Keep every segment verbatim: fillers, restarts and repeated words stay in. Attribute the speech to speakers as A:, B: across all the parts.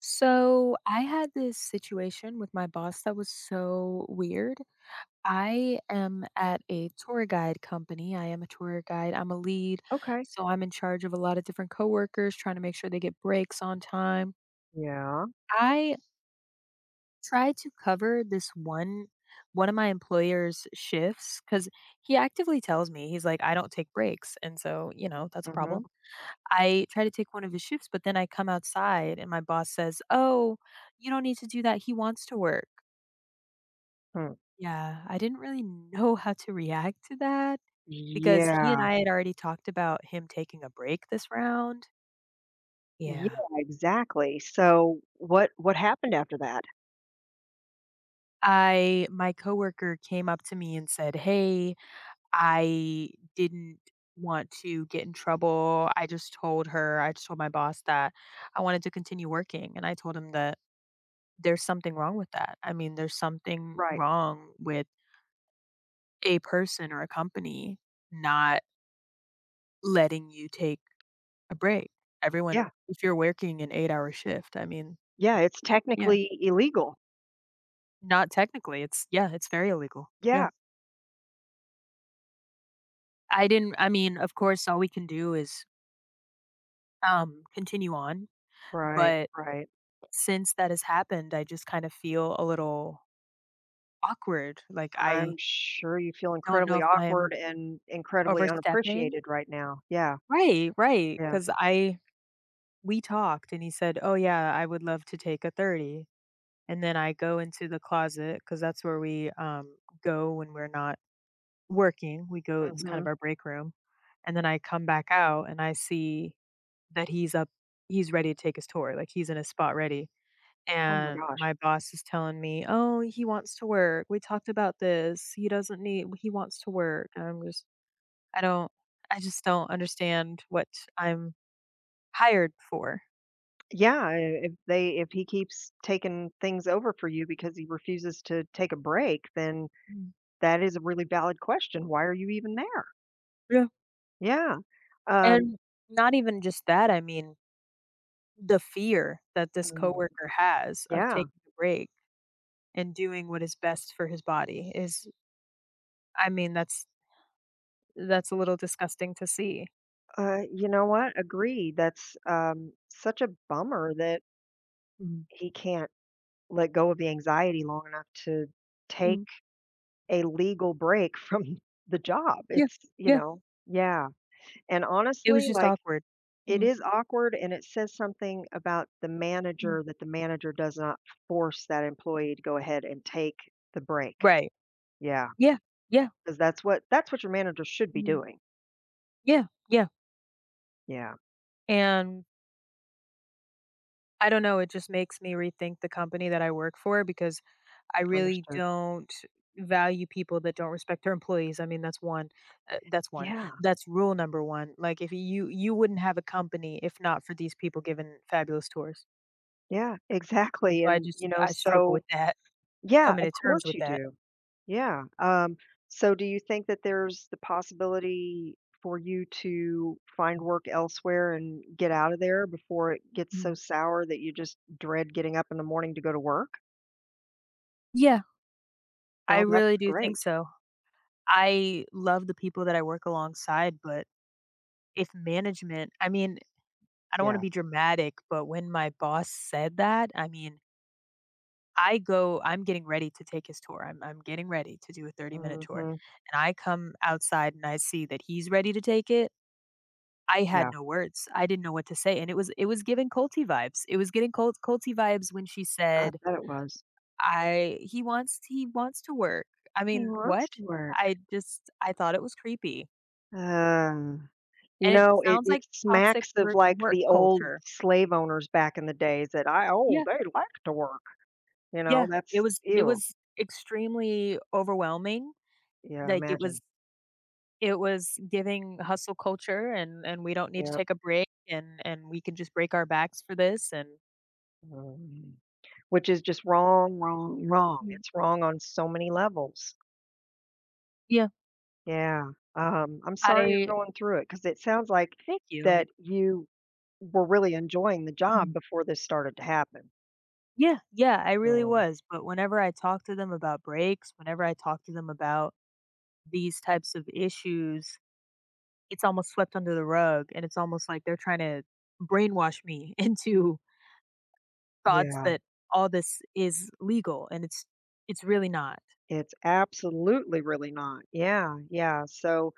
A: So I had this situation with my boss that was so weird. I am at a tour guide company. I am a tour guide. I'm a lead.
B: Okay.
A: So I'm in charge of a lot of different coworkers, trying to make sure they get breaks on time.
B: Yeah.
A: I tried to cover this one one of my employer's shifts cuz he actively tells me he's like, "I don't take breaks." And so, you know, that's a
B: Mhm.
A: problem. I try to take one of his shifts, but then I come outside and my boss says, "Oh, you don't need to do that. He wants to work."
B: Hmm.
A: Yeah, I didn't really know how to react to that because he and
B: Yeah.
A: I had already talked about him taking a break this round.
B: Yeah,
A: Yeah.
B: exactly. So what what happened after that?
A: I My coworker came up to me and said, "Hey, I didn't want to get in trouble. I just told her, I just told my boss that I wanted to continue working." And I told him that there's something wrong with that. I mean, there's something
B: Right.
A: wrong with a person or a company not letting you take a break. Everyone,
B: Yeah.
A: if you're working an eight hour shift, I mean,
B: Yeah, it's
A: yeah,
B: technically illegal.
A: not technically. It's, yeah, it's very illegal. Yeah.
B: Yeah.
A: I didn't, I mean, of course, all we can do is um, continue on.
B: Right.
A: But
B: Right.
A: since that has happened, I just kind of feel a little awkward. Like,
B: I'm
A: I
B: sure you feel
A: don't know
B: incredibly
A: if I'm
B: awkward and incredibly
A: overstepping.
B: unappreciated right now. Yeah.
A: Right, right.
B: Yeah.
A: Cause I, we talked and he said, "Oh, yeah, I would love to take a thirty." And then I go into the closet because that's where we, um, go when we're not working. We go, it's kind
B: Mhm.
A: of our break room, and then I come back out and I see that he's up he's ready to take his tour, like, he's in his spot ready,
B: Oh my
A: and
B: gosh.
A: my boss is telling me, "Oh, he wants to work. We talked about this. He doesn't need he wants to work." And I'm just, I don't, I just don't understand what I'm hired for.
B: Yeah, i- if they if he keeps taking things over for you because he refuses to take a break, then
A: Mm.
B: that is a really valid question. Why are you even there?
A: Yeah.
B: Yeah. um
A: And not even just that, I mean, the fear that this
B: Mm.
A: coworker has of
B: Yeah,
A: taking a break and doing what is best for his body is, I mean, that's that's a little disgusting to see.
B: uh, you know what? Agreed, that's, um, such a bummer that
A: Mhm.
B: he can't let go of the anxiety long enough to take
A: Mhm.
B: a legal break from the job,
A: Yeah,
B: it's you
A: yeah,
B: know Yeah, and
A: it was
B: honestly,
A: just
B: like,
A: awkward.
B: it
A: Mhm,
B: is awkward, and it says something about the
A: mhm.
B: manager that the manager does not force that employee to go ahead and take the break,
A: Right.
B: yeah,
A: Yeah, yeah.
B: because that's what that's what your manager should be
A: Mhm.
B: doing.
A: Yeah, yeah,
B: Yeah,
A: and I don't know, it just makes me rethink the company that I work for because I really
B: understood.
A: don't value people that don't respect their employees. I mean, that's one. Uh, that's one.
B: Yeah.
A: That's rule number one. Like, if you, you wouldn't have a company if not for these people giving fabulous tours.
B: Yeah, exactly,
A: So I
B: and,
A: just
B: you know,
A: I struggle
B: so
A: with that,
B: Yeah,
A: coming
B: of
A: to terms
B: course
A: with
B: you
A: that.
B: do. Yeah, um, so do you think that there's the possibility for you to find work elsewhere and get out of there before it gets so
A: Mhm.
B: sour that you just dread getting up in the morning to go to work?
A: Yeah. I
B: Well, that's
A: really do think
B: great.
A: so. I love the people that I work alongside, but if management, I mean, I don't wanna
B: Yeah.
A: be dramatic, but when my boss said that, I mean, I go, I'm getting ready to take his tour. I'm I'm getting ready to do a thirty-minute tour,
B: Mhm.
A: and I come outside and I see that he's ready to take it. I had
B: Yeah,
A: no words. I didn't know what to say, and it was it was giving Colty vibes. It was getting Col Colty vibes when she
B: I
A: said,
B: bet it was.
A: "I, he wants he wants to work." I
B: He
A: mean,
B: wants
A: what?
B: to work.
A: I just I thought it was creepy,
B: Uh, you
A: and it
B: know, it
A: sounds like
B: it
A: toxic
B: smacks of,
A: work
B: like,
A: work
B: the old
A: culture.
B: slave owners back in the days that I, "Oh,
A: Yeah,
B: they like to work." You know,
A: yeah. It
B: that's
A: was it
B: ew.
A: was extremely overwhelming,
B: Yeah,
A: like, it
B: imagine.
A: was, it was giving hustle culture and and we don't need to
B: Yeah.
A: take a break and and we can just break our backs for this. And
B: Mm. Which is just wrong, wrong, wrong.
A: yeah.
B: It's wrong on so many levels.
A: Yeah.
B: Yeah. Um, I'm sorry
A: I
B: you're going through it because it sounds like
A: Thank you.
B: that you were really enjoying the job
A: Mhm.
B: before this started to happen.
A: Yeah, yeah, I really
B: Um,
A: was, but whenever I talk to them about breaks, whenever I talk to them about these types of issues, it's almost swept under the rug and it's almost like they're trying to brainwash me into thoughts
B: yeah.
A: that all this is legal, and it's it's really not.
B: It's absolutely really not. Yeah, yeah. So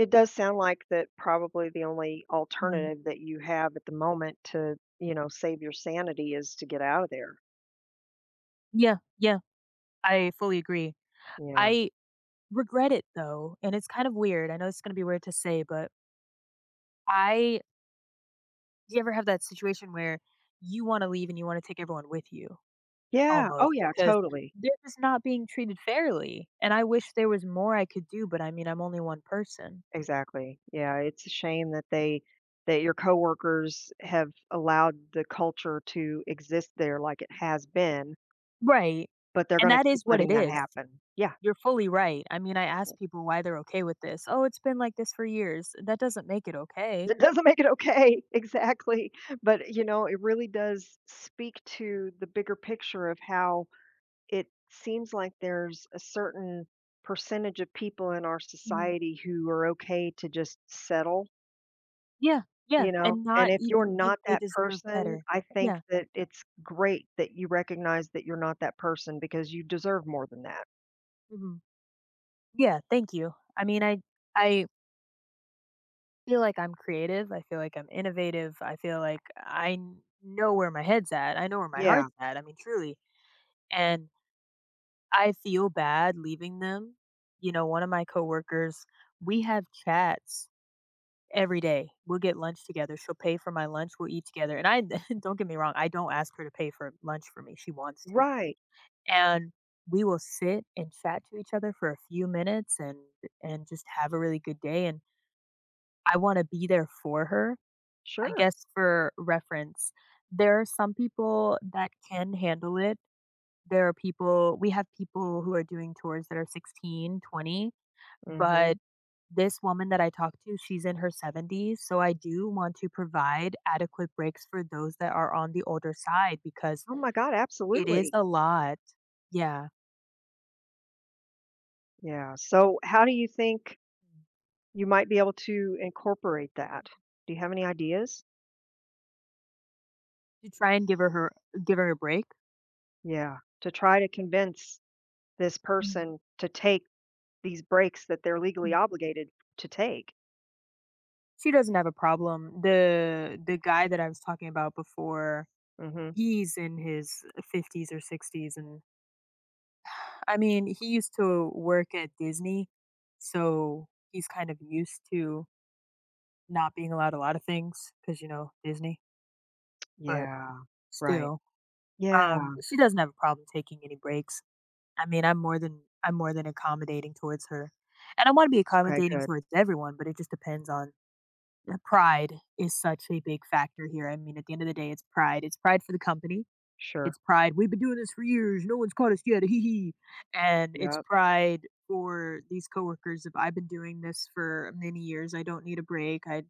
B: it does sound like that probably the only
A: Mhm.
B: alternative that you have at the moment to, you know, save your sanity is to get out of there.
A: Yeah, yeah, I fully agree.
B: Yeah.
A: I regret it though, and it's kind of weird. I know it's gonna be weird to say, but, I do you ever have that situation where you wanna leave and you wanna take everyone with you
B: Yeah. Oh,
A: almost
B: yeah,
A: because
B: totally.
A: they're just not being treated fairly, and I wish there was more I could do, but I mean, I'm only one person.
B: Exactly. Yeah, it's a shame that they that your coworkers have allowed the culture to exist there like it has been,
A: Right,
B: but they're
A: and
B: gonna
A: that
B: keep
A: is what
B: letting
A: it
B: that
A: is.
B: happen. Yeah.
A: You're fully right. I mean, I ask people why they're okay with this. "Oh, it's been like this for years." That doesn't make it okay.
B: That doesn't make it okay. Exactly. But, you know, it really does speak to the bigger picture of how it seems like there's a certain percentage of people in our
A: Mhm.
B: society who are okay to just settle.
A: Yeah, yeah,
B: You know,
A: and
B: and
A: not
B: if you're
A: even
B: not
A: think they
B: that
A: deserve
B: person,
A: better.
B: I think
A: Yeah,
B: that it's great that you recognize that you're not that person because you deserve more than that.
A: mhm. Yeah, thank you. I mean, I I feel like I'm creative. I feel like I'm innovative. I feel like I n- know where my head's at. I know where my
B: Yeah,
A: heart's at. I mean, truly. And I feel bad leaving them. You know, one of my coworkers, we have chats every day. We'll get lunch together. She'll pay for my lunch. We'll eat together. And I don't get me wrong, I don't ask her to pay for lunch for me. She wants to.
B: right.
A: And we will sit and chat to each other for a few minutes and and just have a really good day, and I wanna be there for her. I
B: Sure.
A: guess for reference, there are some people that can handle it. There are people We have people who are doing tours that are sixteen, twenty.
B: Mhm.
A: But this woman that I talked to, she's in her seventies, so I do want to provide adequate breaks for those that are on the older side because
B: Oh my god,
A: it is
B: absolutely.
A: a lot. Yeah.
B: Yeah, so how do you think you might be able to incorporate that? Do you have any ideas?
A: To try and give her her give her a break.
B: Yeah, to try to convince this
A: Mhm.
B: person to take these breaks that they're legally
A: Mm.
B: obligated to take.
A: She doesn't have a problem. The the guy that I was talking about before,
B: Mhm.
A: he's in his fifties or sixties, and I mean, he used to work at Disney, so he's kind of used to not being allowed a lot of things, because, you know, Disney, but
B: Yeah, right.
A: still,
B: Yeah.
A: um, she doesn't have a problem taking any breaks. I mean, I'm more than I'm more than accommodating towards her, and I wanna be
B: Okay,
A: accommodating
B: good.
A: towards everyone, but it just depends on, uh, pride is such a big factor here. I mean, at the end of the day, it's pride. It's pride for the company.
B: Sure.
A: It's pride, "We've been doing this for years, no one's caught us yet, hee hee." And it's
B: Yep.
A: pride for these coworkers of, "I've been doing this for many years, I don't need a break, I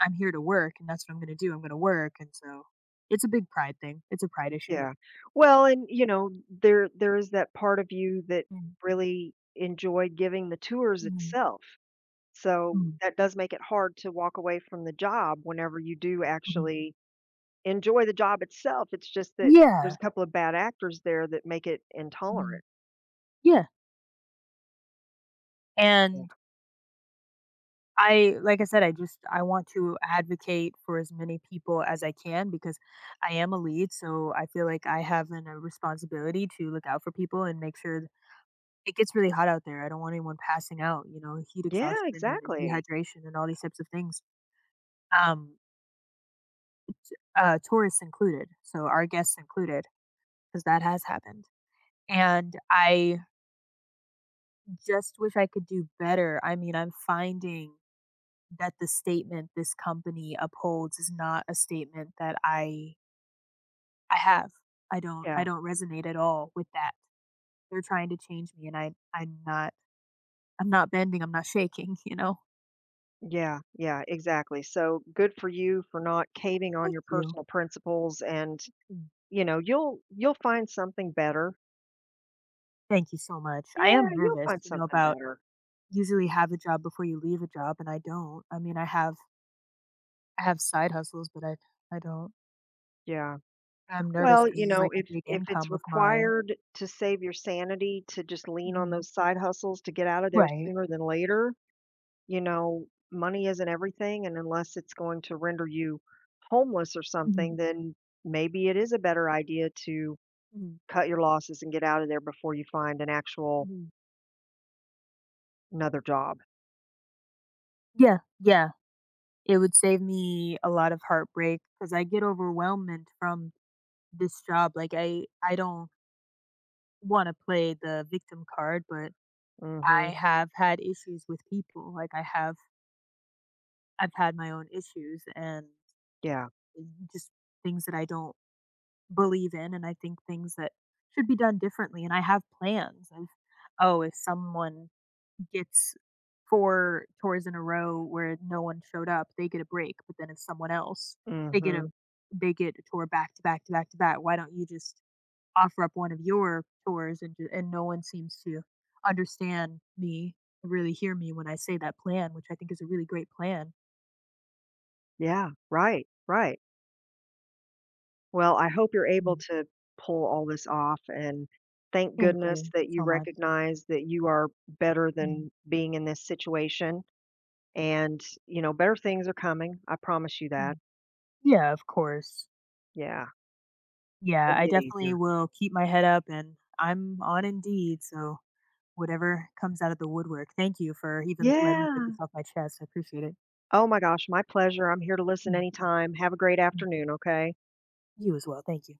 A: I'm here to work, and that's what I'm gonna do, I'm gonna work," and so it's a big pride thing, it's a pride issue.
B: Yeah. Well, and you know, there there is that part of you that
A: Mm,
B: really enjoyed giving the tours
A: mhm,
B: itself. So
A: mm,
B: that does make it hard to walk away from the job whenever you do
A: mhm.
B: actually enjoy the job itself. It's just that there's
A: Yeah.
B: a couple of bad actors there that make it
A: Mhm.
B: intolerant.
A: Yeah,
B: Yeah.
A: and I like I said, I just I want to advocate for as many people as I can because I am a lead, so I feel like I have an a responsibility to look out for people and make sure. It gets really hot out there. I don't want anyone passing out, you know, heat
B: Yeah,
A: exhaustion and
B: exactly.
A: dehydration and all these types of things, um, uh, tourists included, so our guests included, because that has happened, and I just wish I could do better. I mean, I'm finding that the statement this company upholds is not a statement that I I have. I don't I
B: Yeah.
A: don't resonate at all with that. They're trying to change me, and I I'm not, I'm not bending, I'm not shaking, you know?
B: Yeah, yeah, exactly. So good for you for not caving on
A: Thank
B: your
A: you.
B: personal principles and, you know, you'll you'll find something better.
A: Thank you so much. I
B: Yeah,
A: am
B: you'll
A: nervous,
B: find
A: you know,
B: something
A: about,
B: better.
A: usually have a job before you leave a job, and I don't. I mean, I have I have side hustles, but I I don't.
B: Yeah.
A: I'm nervous nervous
B: Well, you
A: because it's,
B: know,
A: like, a
B: if
A: big
B: if it's
A: income of mine.
B: required to save your sanity to just lean on
A: Mhm.
B: those side hustles to get out of there
A: Right.
B: sooner than later, you know, money isn't everything, and unless it's going to render you homeless or something,
A: Mhm.
B: then maybe it is a better idea to
A: Mhm.
B: cut your losses and get out of there before you find an actual
A: Mhm.
B: another job.
A: Yeah, yeah. It would save me a lot of heartbreak because I get overwhelmed from this job. Like, I I don't wanna play the victim card, but
B: Mhm.
A: I have had issues with people. Like, I have I've had my own issues, and
B: Yeah.
A: just things that I don't believe in, and I think things that should be done differently, and I have plans of, oh, if someone gets four tours in a row where no one showed up, they get a break, but then if someone else, they get a
B: Mhm.
A: they get a tour back to back to back to back, why don't you just offer up one of your tours? And ju and no one seems to understand me, really hear me when I say that plan, which I think is a really great plan.
B: Yeah, right. Right. Well, I hope you're able
A: Mm.
B: to pull all this off, and thank
A: Thank
B: goodness
A: you
B: that you
A: so much.
B: recognize that you are better
A: Mm,
B: than being in this situation, and, you know, better things are coming, I promise you that.
A: mm. Yeah, of course.
B: Yeah,
A: Yeah,
B: it'll
A: I
B: get
A: definitely
B: easier.
A: will keep my head up and I'm on Indeed, so whatever comes out of the woodwork. Thank you for even letting me get this
B: Yeah.
A: off my chest. I appreciate it.
B: Oh my gosh, my pleasure, I'm here to listen
A: Mm,
B: anytime. Have a great
A: mm.
B: afternoon, okay?
A: You as well. Thank you.